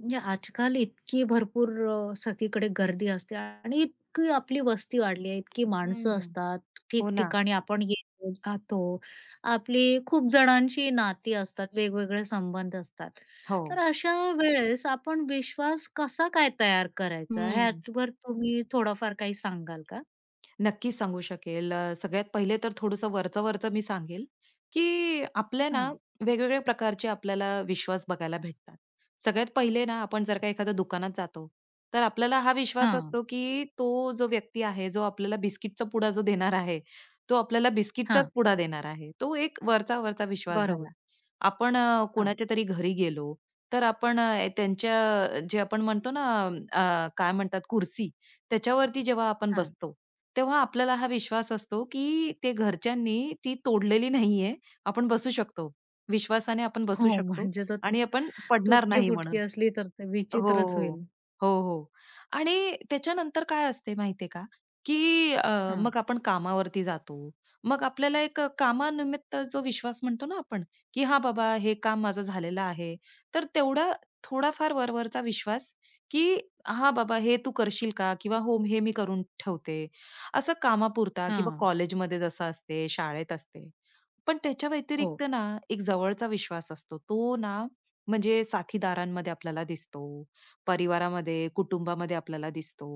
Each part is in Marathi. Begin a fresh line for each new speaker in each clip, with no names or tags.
म्हणजे आजकाल इतकी भरपूर सगळीकडे गर्दी असते आणि इतकी आपली वस्ती वाढली आहे, इतकी माणसं
हं.
असतात,
हो ना.
ठिकठिकाणी आपण येतो, जातो. आपली खूप जणांची नाती असतात, वेगवेगळे संबंध असतात.
हो.
तर अशा वेळेस आपण विश्वास कसा काय तयार करायचा?
हं.
ह्यावर तुम्ही थोडाफार काही सांगाल का?
नक्कीच सांगू शकेल. सगळ्यात पहिले तर थोडंसं वरचं-वरचं मी सांगेल, की आपल्या ना
हां,
वेगवेगळ्या प्रकारचे आपल्याला विश्वास बघायला भेटतात. सगळ्यात पहिले ना आपण जर का एखाद्या दुकानात जातो, तर आपल्याला हा विश्वास
हां,
असतो, की तो जो व्यक्ती आहे, जो आपल्याला बिस्किटचा पुडा जो देणार आहे, तो आपल्याला बिस्किटचाच
हां.
पुडा देणार आहे. तो एक वरचा-वरचा विश्वास
बरोबर.
झाला. आपण
हां,
कोणाच्या तरी घरी गेलो, तर आपण त्यांच्या जे आपण म्हणतो ना काय म्हणतात कुर्सी, त्याच्यावरती जेव्हा आपण
हां.
बसतो, तेव्हा आपल्याला हा विश्वास असतो, की ते घरच्यांनी ती तोडलेली नाहीये. आपण बसू शकतो. विश्वासाने आपण बसू
हो,
शकतो
म्हणजे तर
आणि आपण पडणार नाही
तुटकी-फुटकी
म्हणून.
असली तर ते
हो,
विचित्रच
हो.
होईल.
हो, हो. आणि त्याच्यानंतर काय असते माहितीये का, की
हां,
मग आपण कामावरती जातो. मग आपल्याला एक कामानिमित्त जो विश्वास म्हणतो ना आपण, की "हां बाबा, हे काम माझं झालेलं आहे." तर तेवढा थोडाफार वर विश्वास, की "हां बाबा, हे तू करशील का?" किंवा "हो, हे मी करून ठेवते." असं कामापुरता किंवा
हां.
कॉलेजमध्ये जसं असते, शाळेत असते. पण त्याच्या व्यतिरिक्त
हो.
ना, एक जवळचा विश्वास असतो. तो ना, म्हणजे साथीदारांमध्ये आपल्याला दिसतो परिवारामध्ये, कुटुंबामध्ये आपल्याला दिसतो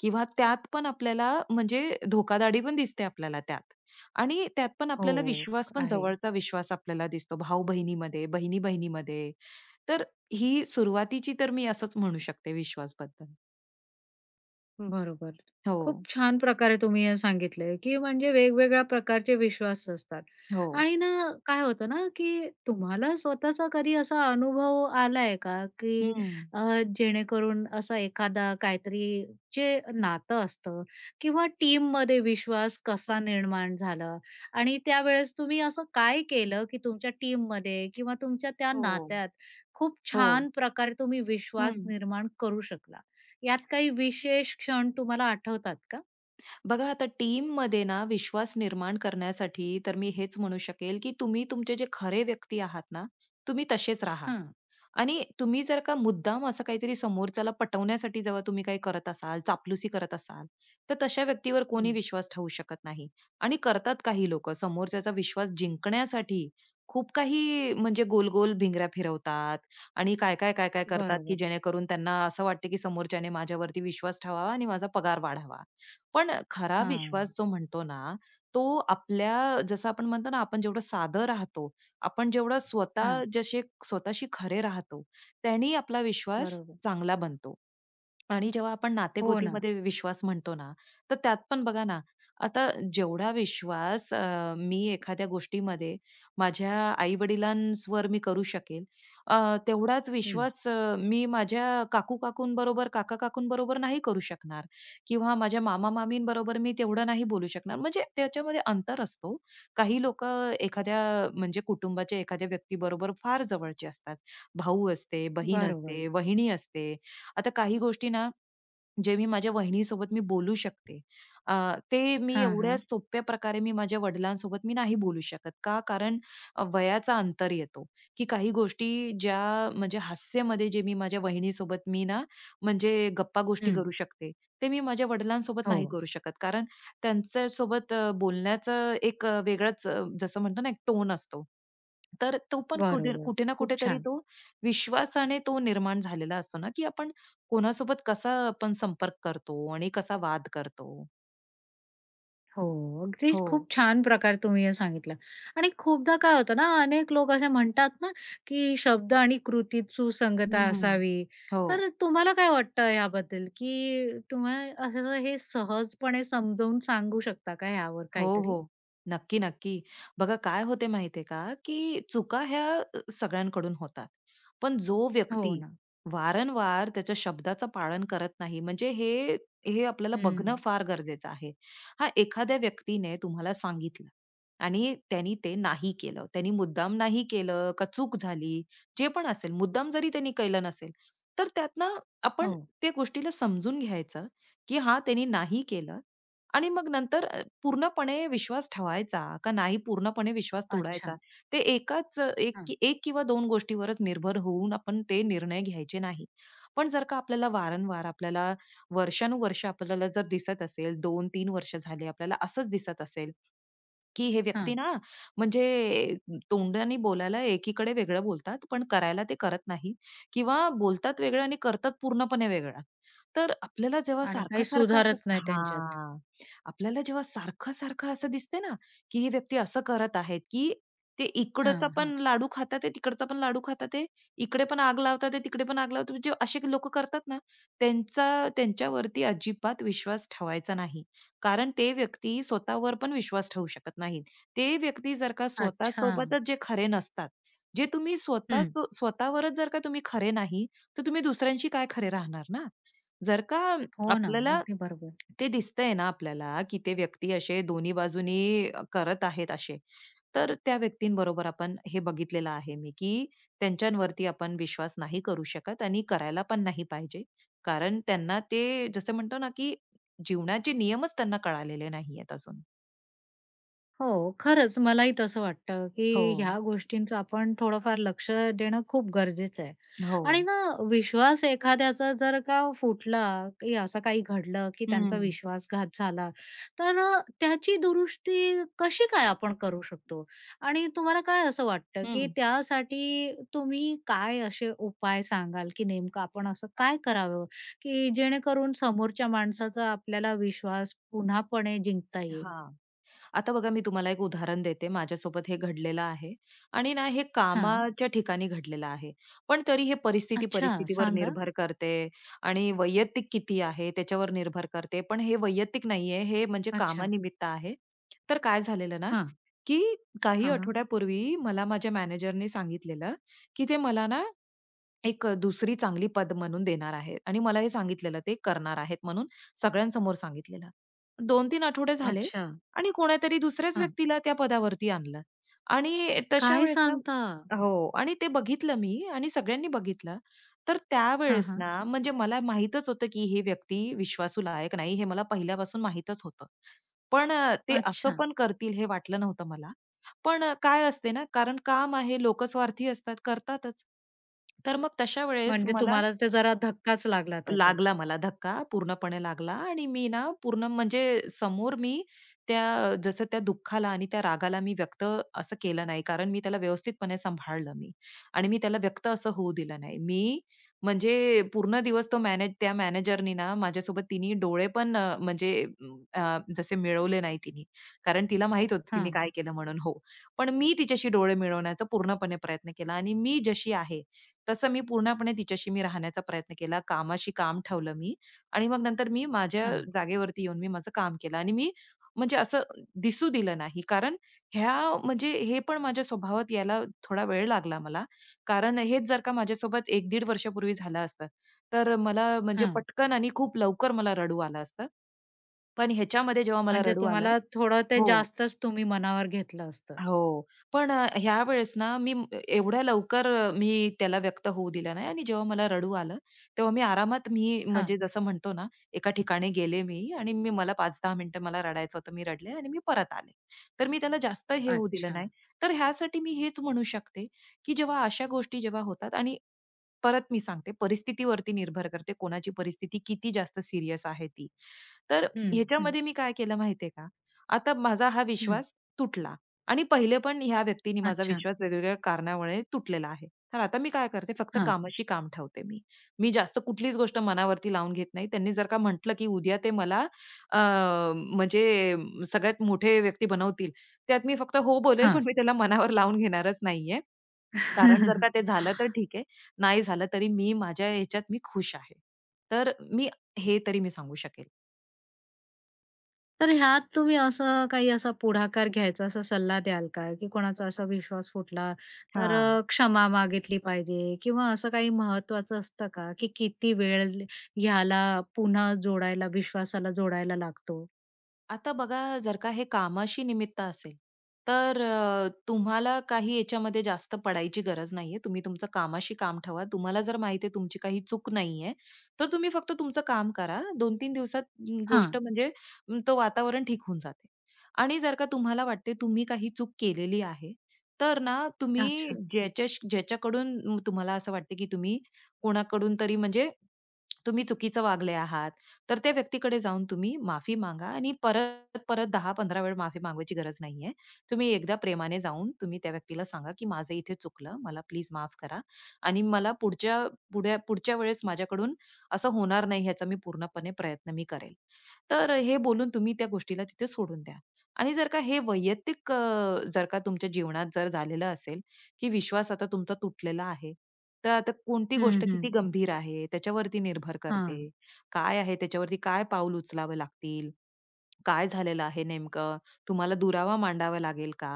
किंवा त्यात पण आपल्याला म्हणजे धोकादाडी पण दिसते आपल्याला त्यात. आणि त्यात पण आपल्याला
हो,
विश्वास पण
आहे.
जवळचा विश्वास आपल्याला दिसतो भाऊ-बहिणीमध्ये, बहिणी-बहिणीमध्ये. तर ही सुरुवातीची तर मी असंच म्हणू शकते विश्वासबद्दल.
बरोबर. खूप
हो,
छान प्रकारे तुम्ही हे सांगितलंय, की म्हणजे वेगवेगळ्या प्रकारचे विश्वास असतात.
हो.
आणि ना काय होतं ना, की तुम्हाला स्वतःचा कधी असा अनुभव आलाय का, की
हं.
जेणेकरून असा एखादा काहीतरी जे नातं असतं किंवा टीममध्ये विश्वास कसा निर्माण झाला आणि त्यावेळेस तुम्ही असं काय केलं, की तुमच्या टीममध्ये किंवा तुमच्या त्या
हो,
नात्यात खूप
हो.
छान प्रकारे तुम्ही विश्वास
हं.
निर्माण करू शकला? यात काही विशेष क्षण तुम्हाला आठवतात का?
बघा आता टीममध्ये ना विश्वास निर्माण करण्यासाठी तर मी हेच म्हणू शकेल, की तुम्ही तुमचे जे खरे व्यक्ती आहात ना, तुम्ही तसेच राहा.
हां.
आणि तुम्ही जर का मुद्दाम असं काहीतरी समोरच्याला पटवण्यासाठी जेव्हा तुम्ही काही करत असाल, चापलुसी करत असाल, तर तशा व्यक्तीवर कोणी
हं.
विश्वास ठेवू शकत नाही. आणि करतात काही लोकं समोरच्याचा विश्वास जिंकण्यासाठी खूप काही म्हणजे गोल-गोल भिंगऱ्या फिरवतात आणि काय-काय, काय-काय करतात, की
बरोबर.
जेणेकरून त्यांना असं वाटतं, की समोरच्याने माझ्यावरती विश्वास ठेवावा आणि माझा पगार वाढावा. पण खरा विश्वास
हां,
जो म्हणतो ना, तो आपल्या जसं आपण म्हणतो ना, आपण जेवढं साधं राहतो, आपण जेवढं स्वतः
हां.
जसे स्वतःशी खरे राहतो, त्यानी आपला विश्वास
बरोबर.
चांगला बनतो. आणि जेव्हा आपण
हो ना.
नातेगोतीमध्ये विश्वास म्हणतो ना, तर त्यात पण बघा ना, आता जेवढा विश्वास मी एखाद्या गोष्टीमध्ये माझ्या आई-वडिलांवर मी करू शकेल, तेवढाच
हं.
विश्वास मी माझ्या काकू-काकूंबरोबर, काका-काकूंबरोबर नाही करू शकणार किंवा माझ्या मामा-मामींबरोबर मी तेवढं नाही बोलू शकणार. म्हणजे त्याच्यामध्ये अंतर असतो. काही लोकं एखाद्या म्हणजे कुटुंबाच्या एखाद्या व्यक्तीबरोबर फार जवळचे असतात. भाऊ असते, बहीण
बरोबर.
असते, वहिनी असते. आता काही गोष्टी ना जे मी माझ्या वहिनीसोबत मी बोलू शकते. अ, ते मी
हां,
एवढ्या
हां.
सोप्या प्रकारे मी माझ्या वडिलांसोबत मी नाही बोलू शकत. का? कारण वयाचा अंतर येतो, की काही गोष्टी ज्या म्हणजे हास्यामध्ये जे मी माझ्या वहिनीसोबत मी ना म्हणजे गप्पा-गोष्टी
हं.
करू शकते, ते मी माझ्या वडिलांसोबत नाही
हो.
करू शकत. कारण त्यांच्यासोबत बोलण्याचं एक वेगळाच जसं म्हणतो ना एक टोन असतो. तर तो पण कुठे
बरोबर.
कुठे ना
खूप
कुठेतरी
छान.
तो विश्वासाने तो निर्माण झालेला असतो ना, की आपण कोणासोबत कसा आपण संपर्क करतो आणि कसा वाद करतो?
हो. अगदीच
हो.
खूप छान प्रकारे तुम्ही हे सांगितलं. आणि खूपदा काय होतं ना, अनेक लोक असे म्हणतात ना, की शब्द आणि कृतीत सुसंगता
हं.
असावी.
हो.
तर तुम्हाला काय वाटतं याबद्दल, की तुम्ही असं हे सहजपणे समजावून सांगू शकता का यावर
हो,
काहीतरी?
हो. नक्की, नक्की. बघा काय होते माहिती का, की चुका ह्या सगळ्यांकडून होतात. पण जो
हो
व्यक्ती
ना.
वारंवार त्याच्या शब्दाचं पालन करत नाही, म्हणजे हे हे आपल्याला बघणं
हं.
फार गरजेचं आहे. हां, एखाद्या व्यक्तीने तुम्हाला सांगितलं आणि त्यानी ते नाही केलं. त्यानी मुद्दाम नाही केलं का चूक झाली, जे पण असेल, मुद्दाम जरी त्यांनी केलं नसेल, तर त्यातनं आपण
हो.
त्या गोष्टीला समजून घ्यायचं, की हां, त्यांनी नाही केलं आणि मग नंतर पूर्णपणे विश्वास ठेवायचा का नाही पूर्णपणे विश्वास तोडायचा.
अच्छा.
ते एकाच
हां,
एक किंवा 2 गोष्टीवरच निर्भर होऊन आपण ते निर्णय घ्यायचे नाही. पण जर का आपल्याला वारंवार आपल्याला वर्षानुवर्ष आपल्याला जर दिसत असेल, 2-3 वर्ष झाले आपल्याला असंच दिसत असेल, की हे व्यक्ती
हां.
ना म्हणजे तोंडाने बोलायला एकीकडे वेगळं बोलतात, पण करायला ते करत नाही किंवा बोलतात वेगळं आणि करतात पूर्णपणे वेगळं. तर आपल्याला जेव्हा
आणि काही
सारखं-सारखं असं
सुधारच नाही त्यांच्यात.
हां. आपल्याला जेव्हा सारखं-सारखं असं दिसते ना, की ही व्यक्ती असं करत आहेत, की ते इकडचा
हां,
पण
हां.
लाडू खातात आहे, तिकडचा पण लाडू खातात आहे. इकडे पण आग लावतात आहे, तिकडे पण आग लावतात. म्हणजे असे लोकं करतात ना, त्यांचा त्यांच्यावरती अजिबात विश्वास ठेवायचा नाही. कारण ते व्यक्ती स्वतःवर पण विश्वास ठेवू शकत नाहीत. ते व्यक्ती जर का
अच्छा.
स्वतःसोबतच जे खरे नसतात, जे तुम्ही स्वतः
हं.
स्वतःवरच जर का तुम्ही खरे नाही, तर तुम्ही दुसऱ्यांशी काय खरे राहणार ना? जर का
हो ना.
आपल्याला
अगदी बरोबर.
ते दिसतंय ना आपल्याला, की ते व्यक्ती असे दोन्ही बाजूनी करत आहेत असे, तर त्या व्यक्तींबरोबर आपण हे बघितलेलं आहे मी, की त्यांच्यावरती आपण विश्वास नाही करू शकत आणि करायला पण नाही पाहिजे. कारण त्यांना ते जसं म्हणतो ना, की जीवनाचे नियमच त्यांना कळालेले नाहीयेत अजून.
हो, खरंच मलाही तसं वाटतं,
हो,
की ह्या गोष्टींचं आपण थोडंफार लक्ष देणं खूप गरजेचं आहे.
हो.
आणि ना विश्वास एखाद्याचा जर का फुटला, की असं काही घडलं, की त्यांचा
हं,
विश्वासघात झाला, तर त्याची दुरुस्ती कशी काय आपण करू शकतो? आणि तुम्हाला काय असं वाटतं, की
हं.
त्यासाठी तुम्ही काय असे उपाय सांगाल, की नेमकं आपण असं काय करावं, की जेणेकरून समोरच्या माणसाचा आपल्याला विश्वास पुन्हापणे जिंकता येईल?
हां. आता बघा मी तुम्हाला एक उदाहरण देते. माझ्यासोबत हे घडलेलं आहे आणि ना हे
हां.
कामाच्या ठिकाणी घडलेलं आहे. पण तरी हे परिस्थिती
अच्छा,
परिस्थितीवर
सांगा?
निर्भर करते आणि वैयक्तिक किती आहे त्याच्यावर निर्भर करते. पण हे वैयक्तिक नाहीये, हे म्हणजे
अच्छा.
कामानिमित्त आहे. तर काय झालेलं ना,
हां,
की काही
हां, हां.
आठवड्यापूर्वी मला माझ्या मॅनेजरने सांगितलेलं, की ते मला ना एक दुसरी चांगली पद म्हणून देणार आहेत आणि मला हे सांगितलेलं ते करणार आहेत म्हणून सगळ्यांसमोर सांगितलेलं. 2-3 आठवडे झाले
अच्छा.
आणि कोणातरी दुसऱ्याच
हां.
व्यक्तीला त्या पदावरती आणलं आणि तशा
काय
वेळेस ना
सांगता?
हो आणि ते बघितलं मी आणि सगळ्यांनी बघितलं. तर
हां,
त्यावेळेस
हां.
ना म्हणजे मला माहीतच होतं, की ही व्यक्ती विश्वासू लायक नाही हे मला पहिल्यापासून माहीतच होतं. पण ते असं
अच्छा.
पण करतील हे वाटलं नव्हतं मला. पण काय असते ना, कारण काम आहे, लोकं स्वार्थी असतात, करतातच. तर मग तशा वेळेस
म्हणजे
मला
तुम्हाला ते जरा धक्काच लागला त्याचा.
लागला मला धक्का, पूर्णपणे लागला आणि मी ना पूर्ण म्हणजे समोर मी त्या जसं त्या दुःखाला आणि त्या रागाला मी व्यक्त असं केलं नाही. कारण मी त्याला व्यवस्थितपणे सांभाळलं मी आणि मी त्याला व्यक्त असं होऊ दिलं नाही. मी म्हणजे पूर्ण दिवस तो त्या मॅनेजरनी ना माझ्यासोबत तिनी डोळे पण म्हणजे जसे मिळवले नाही तिनी. कारण तिला माहीत होतं तिने
हां,
काय केलं म्हणून हो. पण मी तिच्याशी डोळे मिळवण्याचा पूर्णपणे प्रयत्न केला आणि मी जशी आहे तसं मी पूर्णपणे तिच्याशी मी राहण्याचा प्रयत्न केला. कामाशी काम ठेवलं मी आणि मग नंतर मी माझ्या
हां,
जागेवरती येऊन मी माझं काम केलं आणि मी म्हणजे असं दिसू दिलं नाही. कारण ह्या म्हणजे हे पण माझ्या स्वभावात यायला थोडा वेळ लागला मला. कारण हेच जर का माझ्यासोबत 1-1.5 वर्षापूर्वी झालं असतं, तर मला म्हणजे
हां.
पटकन आणि खूप लवकर मला रडू आलं असतं. पण ह्याच्यामध्ये जेव्हा मला
म्हणजे
रडू आलं
तुम्हाला थोडं ते
हो.
जास्तच तुम्ही मनावर घेतलं असतं.
हो. पण ह्यावेळेस ना मी एवढ्या लवकर मी त्याला व्यक्त होऊ दिलं नाही आणि जेव्हा मला रडू आलं, तेव्हा मी आरामात मी
हां.
म्हणजे जसं म्हणतो ना, एका ठिकाणी गेले मी आणि मी मला 5-10 मिनिटं मला रडायचं होतं. मी रडले आणि मी परत आले. तर मी त्याला जास्त हे होऊ दिलं
अच्छा.
नाही. तर ह्यासाठी मी हेच म्हणू शकते, की जेव्हा अशा गोष्टी जेव्हा होतात आणि परत मी सांगते परिस्थितीवरती निर्भर करते, कोणाची परिस्थिती किती जास्त सीरियस आहे ती. तर
हं, हं,
ह्याच्यामध्ये मी काय केलं माहितीये का? आता माझा हा
हं.
विश्वास तुटला. आणि पहिले पण ह्या व्यक्तीने माझा
अच्छा.
विश्वास वेगवेगळ्या कारणामुळे तुटलेला आहे. तर आता मी काय करते फक्त
हां,
कामाशी काम ठेवते मी. मी जास्त कुठलीच गोष्ट मनावरती लावून घेत नाही. त्यांनी जर का म्हटलं, की उद्या ते मला अ, म्हणजे सगळ्यात मोठे व्यक्ती बनवतील, त्यात मी फक्त हो बोलेल, पण
हां.
मी त्याला मनावर लावून घेणारच नाहीये. कारण जर का ते झालं तर ठीक आहे, नाही झालं तरी मी माझ्या ह्याच्यात मी खुश आहे. तर मी हे तरी मी सांगू शकेल.
तर ह्यात तुम्ही असं काही असा पुढाकार घ्यायचा असा सल्ला द्याल का? की कोणाचा असा विश्वास फुटला तर
हां.
क्षमा मागितली पाहिजे किंवा असं काही महत्वाचं असतं का? की किती वेळ ह्याला पुन्हा जोडायला विश्वासाला जोडायला लागतो?
आता बघा जर का हे कामाशी निमित्त असेल, तर तुम्हाला काही याच्यामध्ये जास्त पडायची गरज नाहीये. तुम्ही तुमचं कामाशी काम ठेवा. तुम्हाला जर माहिती आहे तुमची काही चूक नाहीये, तर तुम्ही फक्त तुमचं काम करा. 2-3 दिवसात गोष्ट
हां.
म्हणजे तो वातावरण ठीक होऊन जाते. आणि जर का तुम्हाला वाटते तुम्ही काही चूक केलेली आहे, तर ना तुम्ही
अच्छा.
ज्याच्याकडून तुम्हाला असं वाटते की तुम्ही कोणाकडून तरी म्हणजे तुम्ही चुकीचं वागले आहात तर त्या व्यक्तीकडे जाऊन तुम्ही माफी मागा आणि परत परत दहा, 15 वेळ माफी मागवायची गरज नाहीये. तुम्ही एकदा प्रेमाने जाऊन तुम्ही त्या व्यक्तीला सांगा, की "माझं इथे चुकलं. मला प्लीज माफ करा आणि मला पुढच्या पुढच्या वेळेस माझ्याकडून असं होणार नाही ह्याचा मी पूर्णपणे प्रयत्न मी करेल." तर हे बोलून तुम्ही त्या गोष्टीला तिथे सोडून द्या. आणि जर का हे वैयक्तिक जर का तुमच्या जीवनात जर झालेलं असेल, की विश्वास आता तुमचा तुटलेला आहे. तर आता कोणती
हं,
गोष्ट
हं.
किती गंभीर आहे त्याच्यावरती निर्भर
हां.
करते. काय आहे त्याच्यावरती काय पाऊल उचलावे लागतील? काय झालेलं आहे नेमकं? तुम्हाला दुरावा मांडावा लागेल का?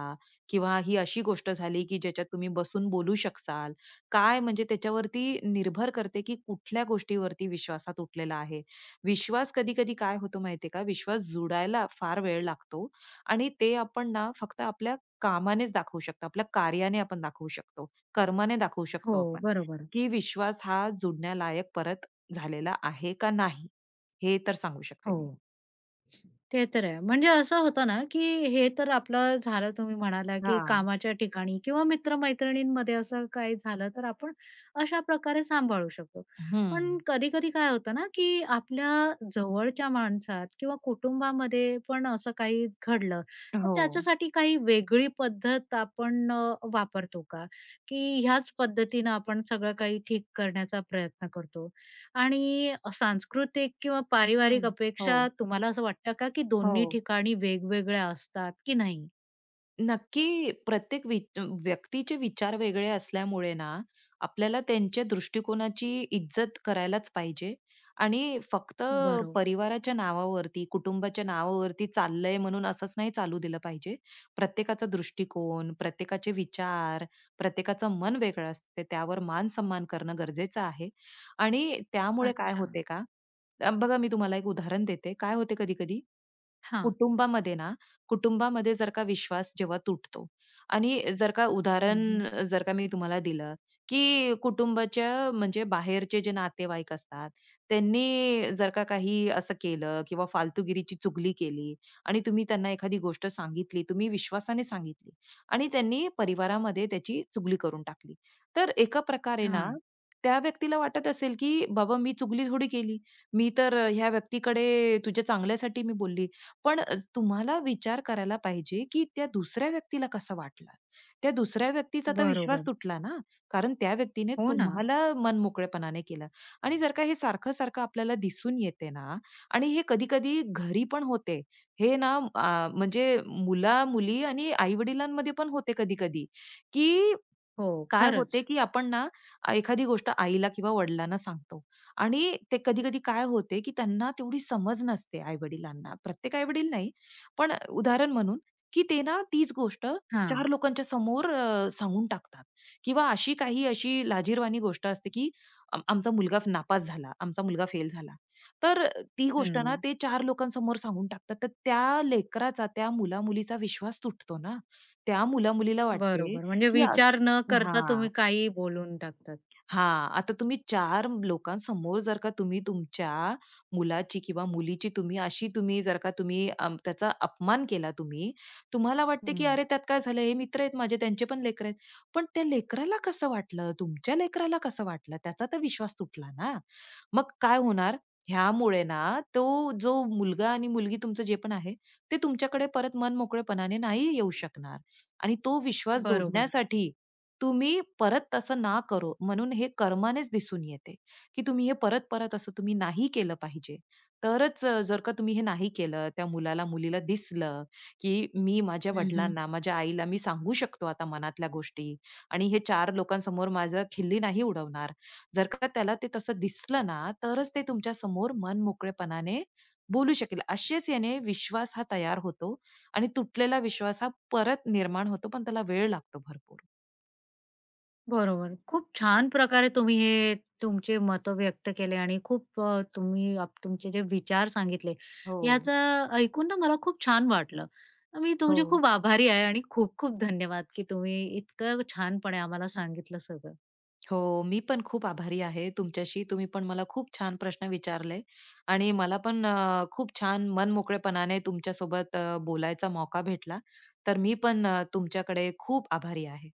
किंवा ही अशी गोष्ट झाली, की ज्याच्यात तुम्ही बसून बोलू शकाल? काय म्हणजे त्याच्यावरती निर्भर करते, की कुठल्या गोष्टीवरती विश्वासात उठलेला आहे. विश्वास कधी-कधी काय होतो माहितीये का? विश्वास जुडायला फार वेळ लागतो आणि ते आपण ना फक्त आपल्या कामानेच दाखवू शकतो. आपल्या कार्याने आपण दाखवू शकतो. कर्माने दाखवू
हो,
शकतो आपण,
बरोबर.
की विश्वास हा जुडण्यालायक परत झालेला आहे का नाही? हे तर सांगू शकते
हो.
मी.
ते तर आहे. म्हणजे असं होतं ना, की हे तर आपलं झालं तुम्ही म्हणाला, की
हां.
कामाच्या ठिकाणी किंवा मित्र असं काही झालं तर आपण अशा प्रकारे सांभाळू शकतो.
हं.
पण कधी-कधी काय होतं ना, की आपल्या जवळच्या माणसात किंवा कुटुंबामध्ये पण असं काही घडलं, तर
हो.
त्याच्यासाठी काही वेगळी पद्धत आपण वापरतो का? की ह्याच पद्धतीनं आपण सगळं काही ठीक करण्याचा प्रयत्न करतो? आणि सांस्कृतिक किंवा पारिवारिक
हं.
अपेक्षा
हो,
तुम्हाला असं वाटतं का, की दोन्ही
हो.
ठिकाणी वेगवेगळ्या असतात की नाही?
नक्की प्रत्येक व्यक्तीचे विचार वेगळे असल्यामुळे ना, आपल्याला त्यांच्या दृष्टिकोनाची इज्जत करायलाच पाहिजे आणि फक्त
बरोबर,
परिवाराच्या नावावरती, कुटुंबाच्या नावावरती चाललंय म्हणून असंच नाही चालू दिलं पाहिजे. प्रत्येकाचा दृष्टिकोन, प्रत्येकाचे विचार, प्रत्येकाचं मन वेगळं असते. त्यावर मान-सन्मान करणं गरजेचं आहे आणि त्यामुळे काय
अच्छा.
होते का, बघा मी तुम्हाला एक उदाहरण देते. काय होते कधी-कधी
हां.
कुटुंबामध्ये ना, कुटुंबामध्ये जर का विश्वास जेव्हा तुटतो आणि जर का
हं, हं.
उदाहरण जर का मी तुम्हाला दिलं, की कुटुंबाच्या म्हणजे बाहेरचे जे नातेवाईक असतात, त्यांनी जर का काही असं केलं किंवा फालतूगिरीची चुगली केली आणि तुम्ही त्यांना एखादी गोष्ट सांगितली, तुम्ही विश्वासाने सांगितली आणि त्यांनी परिवारामध्ये त्याची चुगली करून टाकली. तर एका प्रकारे ना, त्या व्यक्तीला वाटत असेल, की बाबा मी चुगली थोडी केली. मी तर ह्या व्यक्तीकडे तुझ्या चांगल्यासाठी मी बोलली. पण तुम्हाला विचार करायला पाहिजे, की त्या दुसऱ्या व्यक्तीला कसं वाटलं? त्या दुसऱ्या व्यक्तीचा तर विश्वास
बरोबर.
तुटला ना, कारण त्या व्यक्तीने
हो ना.
तुम्हाला मनमोकळेपणाने केलं आणि जर का हे सारखं-सारखं आपल्याला दिसून येते ना आणि हे कधी-कधी घरी पण होते. हे ना म्हणजे मुला-मुली आणि आई-वडिलांमध्ये पण होते कधी-कधी, की
हो,
काय होते,
खरंच.
की आपण ना एखादी गोष्ट आईला किंवा वडिलांना सांगतो आणि ते कधी-कधी काय होते, की त्यांना तेवढी समज नसते आई-वडिलांना. प्रत्येक आई-वडील नाही, पण उदाहरण म्हणून, की ते ना तीच गोष्ट
हां.
4 लोकांच्या समोर सांगून टाकतात किंवा अशी काही अशी लाजिरवाणी गोष्ट असते, की आमचा मुलगा नापास झाला, आमचा मुलगा फेल झाला. तर ती गोष्ट ना
हं.
ते 4 लोकांसमोर सांगून टाकतात. तर त्या लेकराचा, त्या मुला-मुलीचा विश्वास तुटतो ना. त्या मुला-मुलीला वाटते,
बरोबर. म्हणजे
की
विचार न करता
हां,
तुम्ही काहीही बोलून टाकतात.
हां. आता तुम्ही चार लोकांसमोर जर का तुम्ही तुमच्या मुलाची किंवा मुलीची तुम्ही अशी तुम्ही जर का तुम्ही त्याचा अपमान केला तुम्ही, तुम्हाला वाटते की
हं.
"अरे, त्यात काय झालं? हे मित्र आहेत माझे, त्यांचे पण लेकरं आहेत." पण त्या लेकराला कसं वाटलं? तुमच्या लेकराला कसं वाटलं? त्याचा तर विश्वास तुटला ना. मग काय होणार? ह्यामुळे ना तो जो मुलगा आणि मुलगी तुमचं जे पण आहे, ते तुमच्याकडे परत मनमोकळेपणाने नाही येऊ शकणार आणि तो विश्वास
बरोबर.
जोडण्यासाठी तुम्ही परत तसं ना करो म्हणून हे कर्मानेच दिसून येते, की तुम्ही हे परत-परत असं तुम्ही नाही केलं पाहिजे. तरच जर का तुम्ही हे नाही केलं, त्या मुलाला, मुलीला दिसलं, की मी माझ्या
हं,
वडिलांना, माझ्या आईला मी सांगू शकतो आता मनातल्या गोष्टी आणि हे 4 लोकांसमोर माझं खिल्ली नाही उडवणार. जर का त्याला ते तसं दिसलं ना, तरच ते तुमच्यासमोर मनमोकळेपणाने बोलू शकेल. असेच याने विश्वास हा तयार होतो आणि तुटलेला विश्वास हा परत निर्माण होतो, पण त्याला वेळ लागतो भरपूर.
बरोबर. खूप छान प्रकारे तुम्ही हे तुमचे मतं व्यक्त केले आणि खूप तुम्ही आप तुमचे जे विचार सांगितले,
हो.
याचं ऐकून ना मला खूप छान वाटलं. मी
हो,
तुमची खूप आभारी आहे आणि खूप-खूप धन्यवाद, की तुम्ही इतकं छानपणे आम्हाला सांगितलं सगळं.
हो. मी पण खूप आभारी आहे तुमच्याशी. तुम्ही पण मला खूप छान प्रश्न विचारले आणि मला पण खूप छान मनमोकळेपणाने तुमच्यासोबत बोलायचा मौका भेटला. तर मी पण तुमच्याकडे खूप आभारी आहे.